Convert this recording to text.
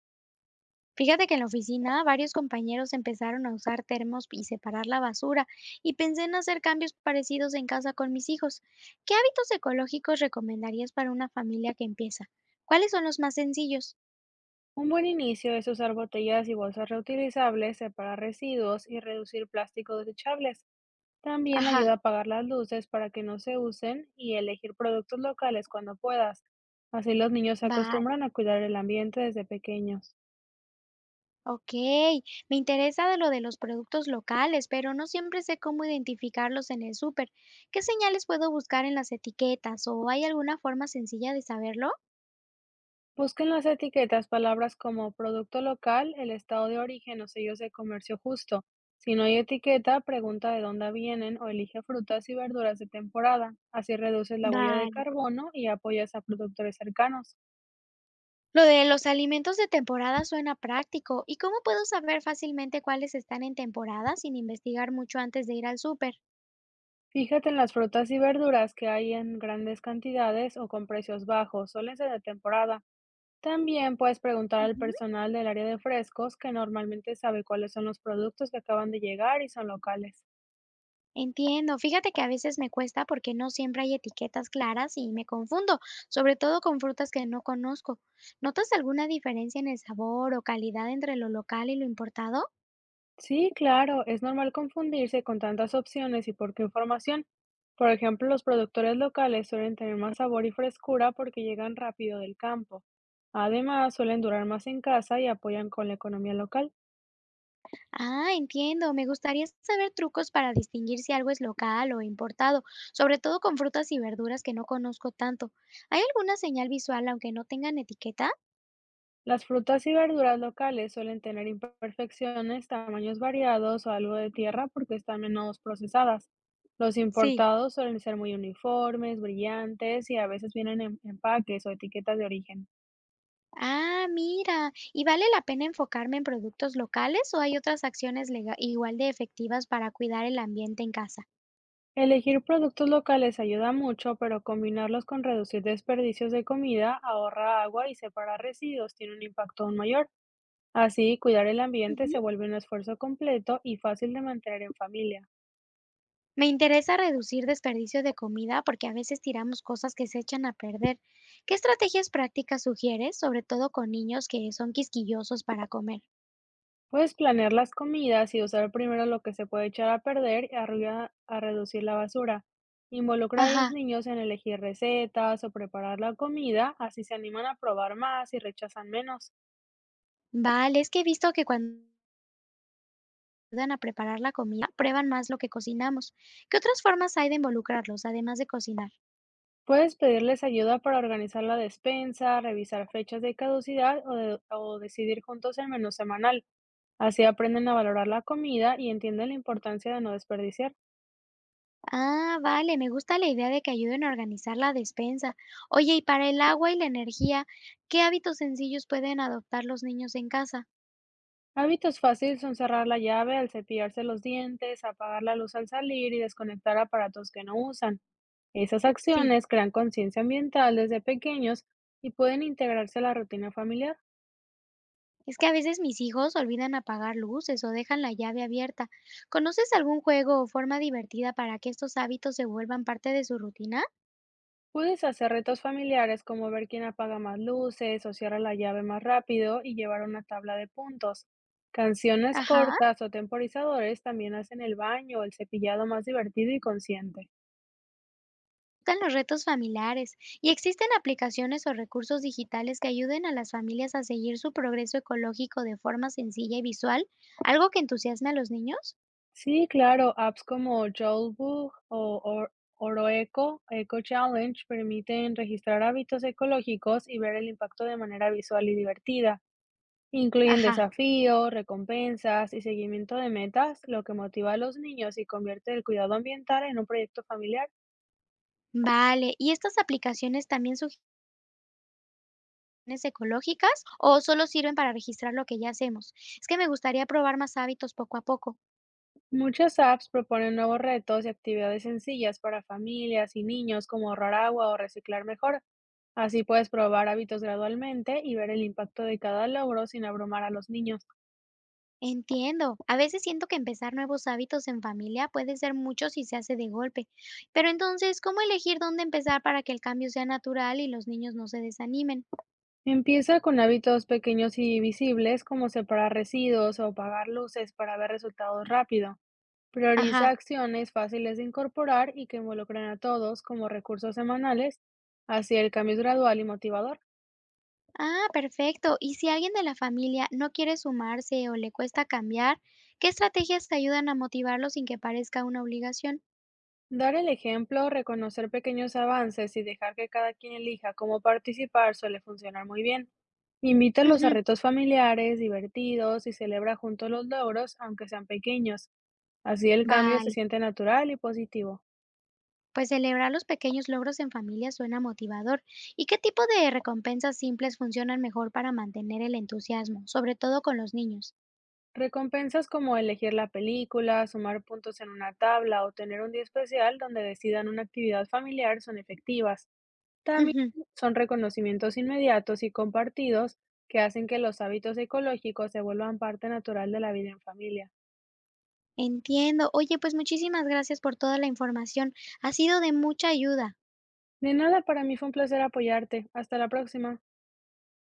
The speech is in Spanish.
Fíjate que en la oficina varios compañeros empezaron a usar termos y separar la basura y pensé en hacer cambios parecidos en casa con mis hijos. ¿Qué hábitos ecológicos recomendarías para una familia que empieza? ¿Cuáles son los más sencillos? Un buen inicio es usar botellas y bolsas reutilizables, separar residuos y reducir plásticos desechables. También Ajá, ayuda a apagar las luces para que no se usen y elegir productos locales cuando puedas. Así los niños se vale, acostumbran a cuidar el ambiente desde pequeños. ok. Me interesa de lo de los productos locales, pero no siempre sé cómo identificarlos en el súper. ¿Qué señales puedo buscar en las etiquetas o hay alguna forma sencilla de saberlo? Busquen las etiquetas palabras como producto local, el estado de origen o sellos de comercio justo. Si no hay etiqueta, pregunta de dónde vienen o elige frutas y verduras de temporada. Así reduces la huella de Vale. carbono y apoyas a productores cercanos. Lo de los alimentos de temporada suena práctico. ¿Y cómo puedo saber fácilmente cuáles están en temporada sin investigar mucho antes de ir al súper? Fíjate en las frutas y verduras que hay en grandes cantidades o con precios bajos, suelen ser de temporada. También puedes preguntar al Ujú. personal del área de frescos que normalmente sabe cuáles son los productos que acaban de llegar y son locales. Entiendo, fíjate que a veces me cuesta porque no siempre hay etiquetas claras y me confundo, sobre todo con frutas que no conozco. ¿Notas alguna diferencia en el sabor o calidad entre lo local y lo importado? Sí, claro, es normal confundirse con tantas opciones y por qué información. Por ejemplo, los productores locales suelen tener más sabor y frescura porque llegan rápido del campo. Además, suelen durar más en casa y apoyan con la economía local. Ah, entiendo. Me gustaría saber trucos para distinguir si algo es local o importado, sobre todo con frutas y verduras que no conozco tanto. ¿Hay alguna señal visual aunque no tengan etiqueta? Las frutas y verduras locales suelen tener imperfecciones, tamaños variados o algo de tierra porque están menos procesadas. Los Sí, importados suelen ser muy uniformes, brillantes y a veces vienen en empaques o etiquetas de origen. ah, mira. ¿Y vale la pena enfocarme en productos locales o hay otras acciones igual de efectivas para cuidar el ambiente en casa? Elegir productos locales ayuda mucho, pero combinarlos con reducir desperdicios de comida, ahorra agua y separar residuos tiene un impacto aún mayor. Así, cuidar el ambiente Ujú. se vuelve un esfuerzo completo y fácil de mantener en familia. Me interesa reducir desperdicio de comida porque a veces tiramos cosas que se echan a perder. ¿Qué estrategias prácticas sugieres, sobre todo con niños que son quisquillosos para comer? Puedes planear las comidas y usar primero lo que se puede echar a perder y arriba a reducir la basura. Involucra a los Ajá, niños en elegir recetas o preparar la comida, así se animan a probar más y rechazan menos. vale, es que he visto que cuando ayudan a preparar la comida, prueban más lo que cocinamos. ¿Qué otras formas hay de involucrarlos, además de cocinar? Puedes pedirles ayuda para organizar la despensa, revisar fechas de caducidad o decidir juntos el menú semanal. Así aprenden a valorar la comida y entienden la importancia de no desperdiciar. Ah, vale, me gusta la idea de que ayuden a organizar la despensa. Oye, y para el agua y la energía, ¿qué hábitos sencillos pueden adoptar los niños en casa? Hábitos fáciles son cerrar la llave al cepillarse los dientes, apagar la luz al salir y desconectar aparatos que no usan. Esas Sí, acciones crean conciencia ambiental desde pequeños y pueden integrarse a la rutina familiar. es que a veces mis hijos olvidan apagar luces o dejan la llave abierta. ¿Conoces algún juego o forma divertida para que estos hábitos se vuelvan parte de su rutina? Puedes hacer retos familiares como ver quién apaga más luces o cierra la llave más rápido y llevar una tabla de puntos. Canciones Ajá. cortas o temporizadores también hacen el baño o el cepillado más divertido y consciente. Están los retos familiares y existen aplicaciones o recursos digitales que ayuden a las familias a seguir su progreso ecológico de forma sencilla y visual, algo que entusiasme a los niños. Sí, claro, apps como Joulbook o Oroeco, Eco Challenge permiten registrar hábitos ecológicos y ver el impacto de manera visual y divertida. Incluyen Ajá, desafíos, recompensas y seguimiento de metas, lo que motiva a los niños y convierte el cuidado ambiental en un proyecto familiar. vale. ¿Y estas aplicaciones también sugieren ecológicas o solo sirven para registrar lo que ya hacemos? Es que me gustaría probar más hábitos poco a poco. Muchas apps proponen nuevos retos y actividades sencillas para familias y niños como ahorrar agua o reciclar mejor. Así puedes probar hábitos gradualmente y ver el impacto de cada logro sin abrumar a los niños. Entiendo. A veces siento que empezar nuevos hábitos en familia puede ser mucho si se hace de golpe. Pero entonces, ¿cómo elegir dónde empezar para que el cambio sea natural y los niños no se desanimen? Empieza con hábitos pequeños y visibles, como separar residuos o apagar luces para ver resultados rápido. Prioriza Ajá. acciones fáciles de incorporar y que involucren a todos como recursos semanales. Así el cambio es gradual y motivador. Ah, perfecto. ¿Y si alguien de la familia no quiere sumarse o le cuesta cambiar, qué estrategias te ayudan a motivarlo sin que parezca una obligación? Dar el ejemplo, reconocer pequeños avances y dejar que cada quien elija cómo participar suele funcionar muy bien. Invítalos a Ujú. retos familiares, divertidos y celebra juntos los logros, aunque sean pequeños. Así el cambio se Vale. siente natural y positivo. Pues celebrar los pequeños logros en familia suena motivador. ¿Y qué tipo de recompensas simples funcionan mejor para mantener el entusiasmo, sobre todo con los niños? Recompensas como elegir la película, sumar puntos en una tabla o tener un día especial donde decidan una actividad familiar son efectivas. También Ujú, son reconocimientos inmediatos y compartidos que hacen que los hábitos ecológicos se vuelvan parte natural de la vida en familia. entiendo. Oye, pues muchísimas gracias por toda la información. Ha sido de mucha ayuda. De nada, para mí fue un placer apoyarte. Hasta la próxima.